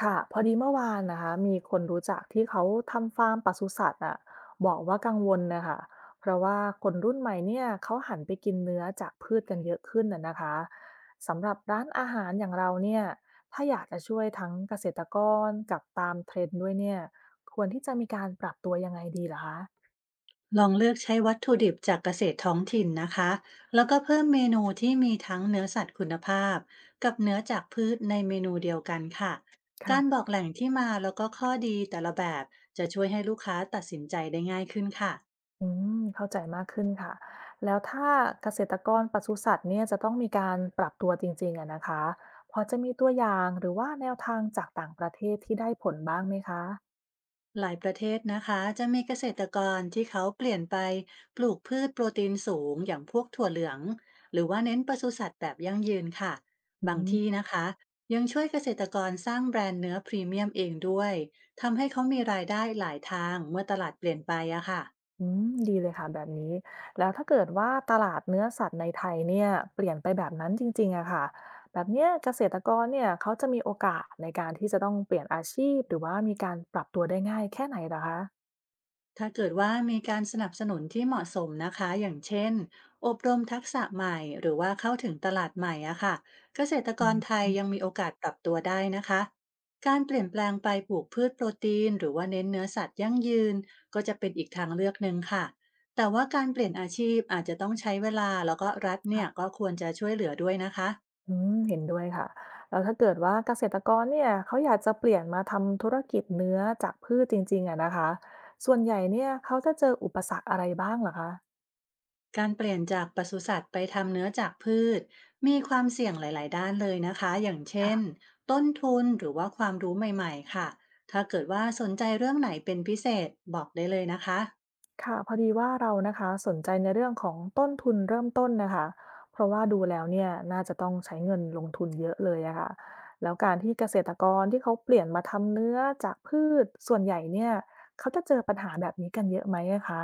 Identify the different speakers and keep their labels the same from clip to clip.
Speaker 1: ค่ะพอดีเมื่อวานนะคะมีคนรู้จักที่เขาทำฟาร์มปศุสัตว์อ่ะบอกว่ากังวลนะคะเพราะว่าคนรุ่นใหม่เนี่ยเขาหันไปกินเนื้อจากพืชกันเยอะขึ้นนะคะสำหรับร้านอาหารอย่างเราเนี่ยถ้าอยากจะช่วยทั้งเกษตรกรกับตามเทรนด์ด้วยเนี่ยควรที่จะมีการปรับตัวยังไงดีล่ะคะ
Speaker 2: ลองเลือกใช้วัตถุดิบจากเกษตรท้องถิ่นนะคะ แล้วก็เพิ่มเมนูที่มีทั้งเนื้อสัตว์คุณภาพกับเนื้อจากพืชในเมนูเดียวกันค่ะการบอกแหล่งที่มาแล้วก็ข้อดีแต่ละแบบจะช่วยให้ลูกค้าตัดสินใจได้ง่ายขึ้นค่ะ
Speaker 1: อืมเข้าใจมากขึ้นค่ะแล้วถ้าเกษตรกรปศุสัตว์เนี่ยจะต้องมีการปรับตัวจริงๆอะนะคะพอจะมีตัวอย่างหรือว่าแนวทางจากต่างประเทศที่ได้ผลบ้างไหมคะ
Speaker 2: หลายประเทศนะคะจะมีเกษตรกรที่เขาเปลี่ยนไปปลูกพืชโปรตีนสูงอย่างพวกถั่วเหลืองหรือว่าเน้นปศุสัตว์แบบยั่งยืนค่ะ
Speaker 1: อื
Speaker 2: บางที่
Speaker 1: ม
Speaker 2: นะคะยังช่วยเกษตรกรสร้างแบรนด์เนื้อพรีเมียมเองด้วยทำให้เขามีรายได้หลายทางเมื่อตลาดเปลี่ยนไปอะค่ะ
Speaker 1: อืมดีเลยค่ะแบบนี้แล้วถ้าเกิดว่าตลาดเนื้อสัตว์ในไทยเนี่ยเปลี่ยนไปแบบนั้นจริงๆอะค่ะแบบเนี้ยเกษตรกรเนี่ยเขาจะมีโอกาสในการที่จะต้องเปลี่ยนอาชีพหรือว่ามีการปรับตัวได้ง่ายแค่ไหนเหรอคะ
Speaker 2: ถ้าเกิดว่ามีการสนับสนุนที่เหมาะสมนะคะอย่างเช่นอบรมทักษะใหม่หรือว่าเข้าถึงตลาดใหม่อะค่ะเกษตรก
Speaker 1: อื
Speaker 2: ร
Speaker 1: ม
Speaker 2: ไทยยังมีโอกาสปรับตัวได้นะคะการเปลี่ยนแปลงไปปลูกพืชโปรตีนหรือว่าเน้นเนื้อสัตว์ยั่งยืนก็จะเป็นอีกทางเลือกหนึ่งค่ะแต่ว่าการเปลี่ยนอาชีพอาจจะต้องใช้เวลาแล้วก็รัฐเนี่ย
Speaker 1: ค่ะ
Speaker 2: ก็ควรจะช่วยเหลือด้วยนะคะ
Speaker 1: อืมเห็นด้วยค่ะแล้วถ้าเกิดว่าเกษตรกรเนี่ยเขาอยากจะเปลี่ยนมาทำธุรกิจเนื้อจากพืชจริงๆอะนะคะส่วนใหญ่เนี่ยเขาจะเจออุปสรรคอะไรบ้างเหรอคะ
Speaker 2: การเปลี่ยนจากปศุสัตว์ไปทำเนื้อจากพืชมีความเสี่ยงหลายๆด้านเลยนะคะ อย่างเช่น
Speaker 1: ค่ะ
Speaker 2: ต้นทุนหรือว่าความรู้ใหม่ๆค่ะ ถ้าเกิดว่าสนใจเรื่องไหนเป็นพิเศษบอกได้เลยนะคะ
Speaker 1: ค่ะพอดีว่าเรานะคะสนใจในเรื่องของต้นทุนเริ่มต้นนะคะเพราะว่าดูแล้วเนี่ยน่าจะต้องใช้เงินลงทุนเยอะเลยอะค่ะแล้วการที่เกษตรกรที่เขาเปลี่ยนมาทำเนื้อจากพืชส่วนใหญ่เนี่ยเขาจะเจอปัญหาแบบนี้กันเยอะไหมอะคะ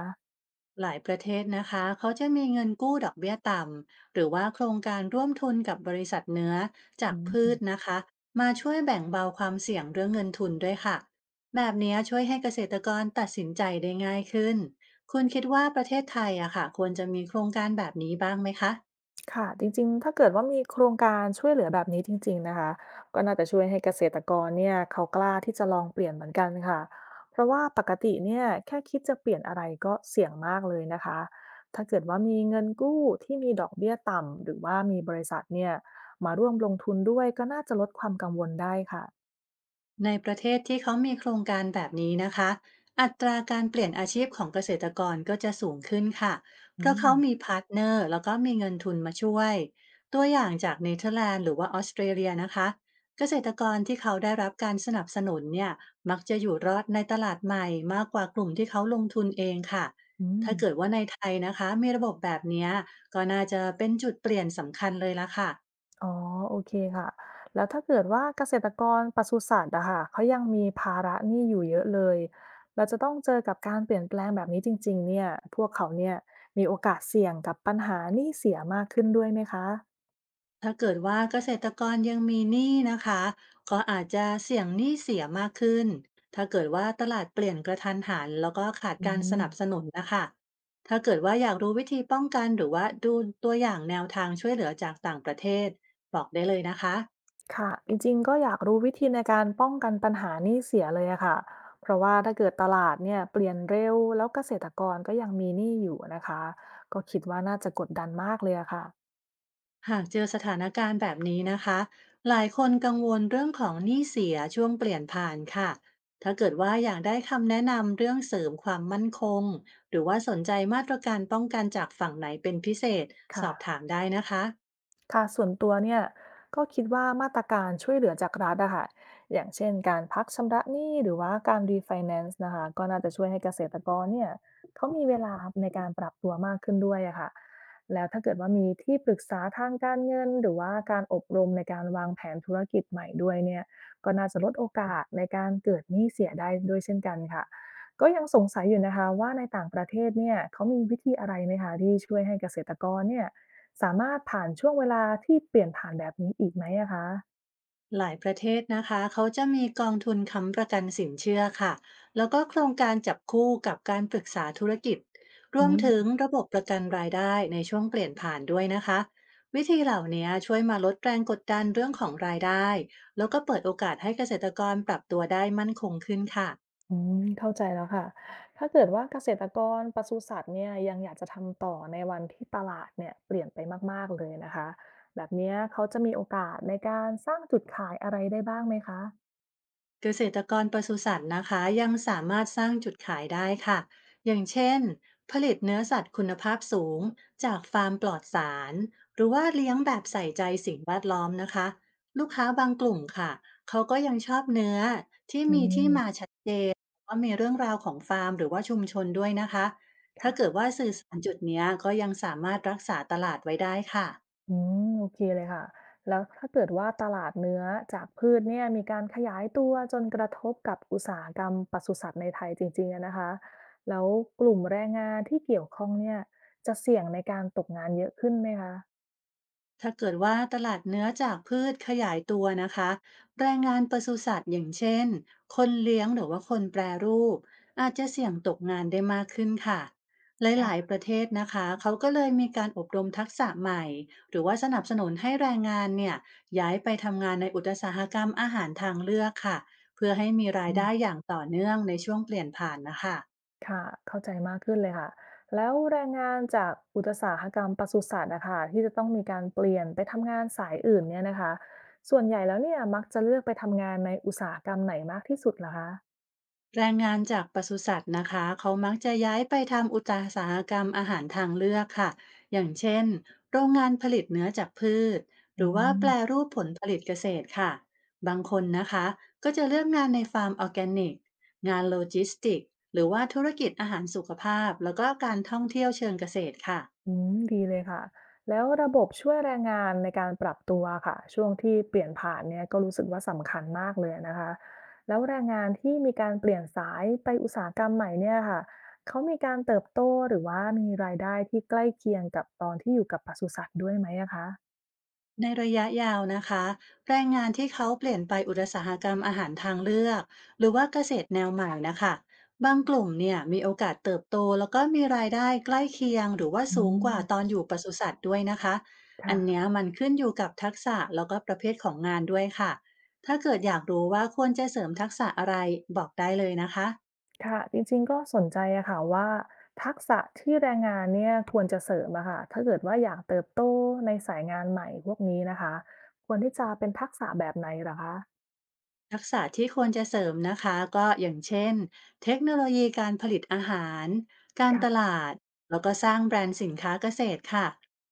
Speaker 2: หลายประเทศนะคะเขาจะมีเงินกู้ดอกเบี้ยต่ำหรือว่าโครงการร่วมทุนกับบริษัทเนื้อจากพืชนะคะมาช่วยแบ่งเบาความเสี่ยงเรื่องเงินทุนด้วยค่ะแบบนี้ช่วยให้เกษตรกรตัดสินใจได้ง่ายขึ้นคุณคิดว่าประเทศไทยอะค่ะควรจะมีโครงการแบบนี้บ้างไหมคะ
Speaker 1: ค่ะจริงๆถ้าเกิดว่ามีโครงการช่วยเหลือแบบนี้จริงๆนะคะก็น่าจะช่วยให้เกษตรกรเนี่ยเขากล้าที่จะลองเปลี่ยนเหมือนกันค่ะเพราะว่าปกติเนี่ยแค่คิดจะเปลี่ยนอะไรก็เสี่ยงมากเลยนะคะถ้าเกิดว่ามีเงินกู้ที่มีดอกเบี้ยต่ำหรือว่ามีบริษัทเนี่ยมาร่วมลงทุนด้วยก็น่าจะลดความกังวลได้ค่ะ
Speaker 2: ในประเทศที่เขามีโครงการแบบนี้นะคะอัตราการเปลี่ยนอาชีพของเกษตรกรก็จะสูงขึ้นค่ะเพ
Speaker 1: อื
Speaker 2: ราะ
Speaker 1: ม
Speaker 2: เขามีพาร์ทเนอร์แล้วก็มีเงินทุนมาช่วยตัวอย่างจากเนเธอร์แลนด์หรือว่าออสเตรเลียนะคะเกษตรกรที่เขาได้รับการสนับสนุนเนี่ยมักจะอยู่รอดในตลาดใหม่มากกว่ากลุ่มที่เขาลงทุนเองค่ะ
Speaker 1: อืม
Speaker 2: ถ้าเกิดว่าในไทยนะคะมีระบบแบบเนี้ยก็น่าจะเป็นจุดเปลี่ยนสำคัญเลยละค่ะ
Speaker 1: อ๋อโอเคค่ะแล้วถ้าเกิดว่าเกษตรกรปศุสัตว์อะค่ะเขายังมีภาระหนี้อยู่เยอะเลยเราจะต้องเจอกับการเปลี่ยนแปลงแบบนี้จริงๆเนี่ยพวกเขาเนี่ยมีโอกาสเสี่ยงกับปัญหาหนี้เสียมากขึ้นด้วยไหมคะ
Speaker 2: ถ้าเกิดว่าเกษตรกรยังมีหนี้นะคะก็อาจจะเสี่ยงหนี้เสียมากขึ้นถ้าเกิดว่าตลาดเปลี่ยนกระทันหันแล้วก็ขาด
Speaker 1: อื
Speaker 2: การสนับส
Speaker 1: ม
Speaker 2: นุนนะคะถ้าเกิดว่าอยากรู้วิธีป้องกันหรือว่าดูตัวอย่างแนวทางช่วยเหลือจากต่างประเทศบอกได้เลยนะคะ
Speaker 1: ค่ะจริงๆก็อยากรู้วิธีในการป้องกันปัญหาหนี้เสียเลยอะค่ะเพราะว่าถ้าเกิดตลาดเนี่ยเปลี่ยนเร็วแล้วเกษตรกรก็ยังมีหนี้อยู่นะคะก็คิดว่าน่าจะกดดันมากเลยอะค่ะ
Speaker 2: หากเจอสถานการณ์แบบนี้นะคะ หลายคนกังวลเรื่องของหนี้เสียช่วงเปลี่ยนผ่านค่ะ ถ้าเกิดว่าอยากได้คำแนะนำเรื่องเสริมความมั่นคง หรือว่าสนใจมาตรการป้องกันจากฝั่งไหนเป็นพิเศษส
Speaker 1: ค่ะ
Speaker 2: อบถามได้นะคะ
Speaker 1: ค่ะส่วนตัวเนี่ยก็คิดว่ามาตรการช่วยเหลือจากรัฐอะค่ะอย่างเช่นการพักชำระหนี้หรือว่าการรีไฟแนนซ์นะคะก็น่าจะช่วยให้เกษตรกรเนี่ยเขามีเวลาในการปรับตัวมากขึ้นด้วยอะค่ะแล้วถ้าเกิดว่ามีที่ปรึกษาทางการเงินหรือว่าการอบรมในการวางแผนธุรกิจใหม่ด้วยเนี่ยก็น่าจะลดโอกาสในการเกิดหนี้เสียได้ด้วยเช่นกันค่ะก็ยังสงสัยอยู่นะคะว่าในต่างประเทศเนี่ยเขามีวิธีอะไรไหมคะที่ช่วยให้เกษตรกรเนี่ย สามารถผ่านช่วงเวลาที่เปลี่ยนผ่านแบบนี้อีกไหมอะคะ
Speaker 2: หลายประเทศนะคะเขาจะมีกองทุนค้ำประกันสินเชื่อค่ะแล้วก็โครงการจับคู่กับการปรึกษาธุรกิจรวมถึ
Speaker 1: อืม
Speaker 2: งระบบประกันรายได้ในช่วงเปลี่ยนผ่านด้วยนะคะวิธีเหล่านี้ช่วยมาลดแรงกดดันเรื่องของรายได้แล้วก็เปิดโอกาสให้เกษตรกรปรับตัวได้มั่นคงขึ้นค่ะ
Speaker 1: อืม เข้าใจแล้วค่ะ ถ้าเกิดว่าเกษตรกรปศุสัตว์เนี่ยยังอยากจะทำต่อในวันที่ตลาดเนี่ยเปลี่ยนไปมากๆเลยนะคะ แบบเนี้ยเขาจะมีโอกาสในการสร้างจุดขายอะไรได้บ้างไหมคะ
Speaker 2: เกษตรกรปศุสัตว์นะคะยังสามารถสร้างจุดขายได้ค่ะอย่างเช่นผลิตเนื้อสัตว์คุณภาพสูงจากฟาร์มปลอดสารหรือว่าเลี้ยงแบบใส่ใจสิ่งแวดล้อมนะคะลูกค้าบางกลุ่มค่ะเขาก็ยังชอบเนื้อที่
Speaker 1: อื
Speaker 2: มีที่มา
Speaker 1: ม
Speaker 2: ชัดว่ามีเรื่องราวของฟาร์มหรือว่าชุมชนด้วยนะคะถ้า
Speaker 1: ค่ะ
Speaker 2: เกิดว่าสื่อสารจุดเนี้ยก็ยังสามารถรักษาตลาดไว้ได้ค่ะ
Speaker 1: อืมโอเคเลยค่ะแล้วถ้าเกิดว่าตลาดเนื้อจากพืชเนี่ยมีการขยายตัวจนกระทบกับอุตสาหกรรมปศุสัตว์ในไทยจริงๆอะนะคะแล้วกลุ่มแรงงานที่เกี่ยวข้องเนี่ยจะเสี่ยงในการตกงานเยอะขึ้นไหมคะ
Speaker 2: ถ้าเกิดว่าตลาดเนื้อจากพืชขยายตัวนะคะแรงงานปศุสัตว์อย่างเช่นคนเลี้ยงหรือว่าคนแปรรูปอาจจะเสี่ยงตกงานได้มากขึ้นค่ะหลาย
Speaker 1: ค่ะ
Speaker 2: ๆประเทศนะคะเขาก็เลยมีการอบรมทักษะใหม่หรือว่าสนับสนุนให้แรงงานเนี่ยย้ายไปทำงานในอุตสาหกรรมอาหารทางเลือกค่ะเพื่อให้มีรา
Speaker 1: อื
Speaker 2: ยได้
Speaker 1: ม
Speaker 2: อย่างต่อเนื่องในช่วงเปลี่ยนผ่านนะคะ
Speaker 1: ค่ะเข้าใจมากขึ้นเลยค่ะแล้วแรงงานจากอุตสาหกรรมปศุสัตว์นะคะที่จะต้องมีการเปลี่ยนไปทำงานสายอื่นเนี่ยนะคะส่วนใหญ่แล้วเนี่ยมักจะเลือกไปทำงานในอุตสาหกรรมไหนมากที่สุดเหรอคะ
Speaker 2: แรงงานจากปศุสัตว์นะคะเขามักจะย้ายไปทำอุตสาหกรรมอาหารทางเลือกค่ะอย่างเช่นโรงงานผลิตเนื้อจากพืชห
Speaker 1: อื
Speaker 2: รือว่าแปร
Speaker 1: ม
Speaker 2: รูปผลผลิตเกษตรค่ะบางคนนะคะก็จะเลือกงานในฟาร์มออร์แกนิกงานโลจิสติกหรือว่าธุรกิจอาหารสุขภาพแล้วก็การท่องเที่ยวเชิงเกษตรค่ะ
Speaker 1: อืมดีเลยค่ะแล้วระบบช่วยแรงงานในการปรับตัวค่ะช่วงที่เปลี่ยนผ่านเนี่ยก็รู้สึกว่าสำคัญมากเลยนะคะแล้วแรงงานที่มีการเปลี่ยนสายไปอุตสาหกรรมใหม่เนี่ยค่ะเขามีการเติบโตหรือว่ามีรายได้ที่ใกล้เคียงกับตอนที่อยู่กับปศุสัตว์ด้วยไหมอะคะ
Speaker 2: ในระยะยาวนะคะแรงงานที่เขาเปลี่ยนไปอุตสาหกรรมอาหารทางเลือกหรือว่าเกษตรแนวใหม่นะคะบางกลุ่มเนี่ยมีโอกาสเติบโตแล้วก็มีรายได้ใกล้เคียงหรือว่า
Speaker 1: อื
Speaker 2: สูงกว่าตอ
Speaker 1: ม
Speaker 2: นอยู่ปศุสัตว์ด้วยนะคะอั
Speaker 1: ค่ะ
Speaker 2: นเนี้ยมันขึ้นอยู่กับทักษะแล้วก็ประเภทของงานด้วยค่ะถ้าเกิดอยากรู้ว่าควรจะเสริมทักษะอะไรบอกได้เลยนะคะ
Speaker 1: ค่ะจริงๆก็สนใจอะค่ะว่าทักษะที่แรงงานเนี่ยควรจะเสริมอะค่ะถ้าเกิดว่าอยากเติบโตในสายงานใหม่พวกนี้นะคะควรที่จะเป็นทักษะแบบไหนเหรอคะ
Speaker 2: ทักษะที่ควรจะเสริมนะคะก็อย่างเช่นเทคโนโลยีการผลิตอาหารการ
Speaker 1: ค่
Speaker 2: ต
Speaker 1: ะ
Speaker 2: ลาดแล้วก็สร้างแบรนด์สินค้าเกษตรค่ะ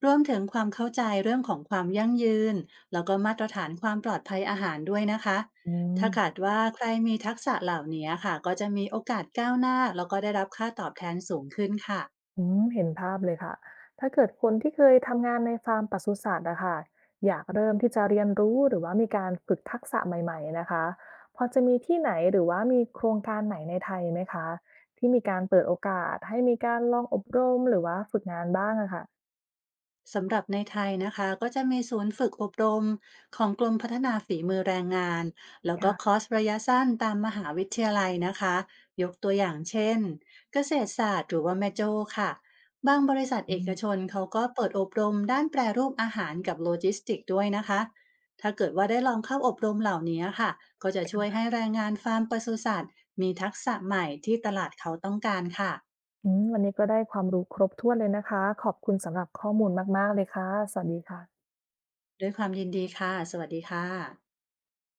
Speaker 2: รวมถึงความเข้าใจเรื่องของความยั่งยืนแล้วก็มาตรฐานความปลอดภัยอาหารด้วยนะคะ
Speaker 1: อืม
Speaker 2: ถ้าขาดว่าใครมีทักษะเหล่านี้ค่ะก็จะมีโอกาสก้าวหน้าแล้วก็ได้รับค่าตอบแทนสูงขึ้นค่ะ
Speaker 1: เห็นภาพเลยค่ะถ้าเกิดคนที่เคยทำงานในฟาร์มปศุสัตว์อะค่ะอยากเริ่มที่จะเรียนรู้หรือว่ามีการฝึกทักษะใหม่ๆนะคะพอจะมีที่ไหนหรือว่ามีโครงการไหนในไทยไหมคะที่มีการเปิดโอกาสให้มีการลองอบรมหรือว่าฝึกงานบ้างอะค่ะ
Speaker 2: สำหรับในไทยนะคะก็จะมีศูนย์ฝึกอบรมของกรมพัฒนาฝีมือแรงงานแล้วก็ค
Speaker 1: ค่ะ
Speaker 2: อร์สระยะสั้นตามมหาวิทยาลัยนะคะยกตัวอย่างเช่นเกษตรศาสตร์หรือว่าแม่โจ้ค่ะบางบริษัท
Speaker 1: อื
Speaker 2: เอกช
Speaker 1: ม
Speaker 2: นเขาก็เปิดอบรมด้านแปรรูปอาหารกับโลจิสติกส์ด้วยนะคะถ้าเกิดว่าได้ลองเข้าอบรมเหล่านี้ค่ะก็จะช่วยให้แรงงานฟาร์มปศุสัตว์มีทักษะใหม่ที่ตลาดเขาต้องการค่ะ
Speaker 1: วันนี้ก็ได้ความรู้ครบถ้วนเลยนะคะขอบคุณสำหรับข้อมูลมากๆเลยค่ะ สวัสดีค่ะ
Speaker 2: ด้วยความยินดีค่ะสวัสดีค่ะ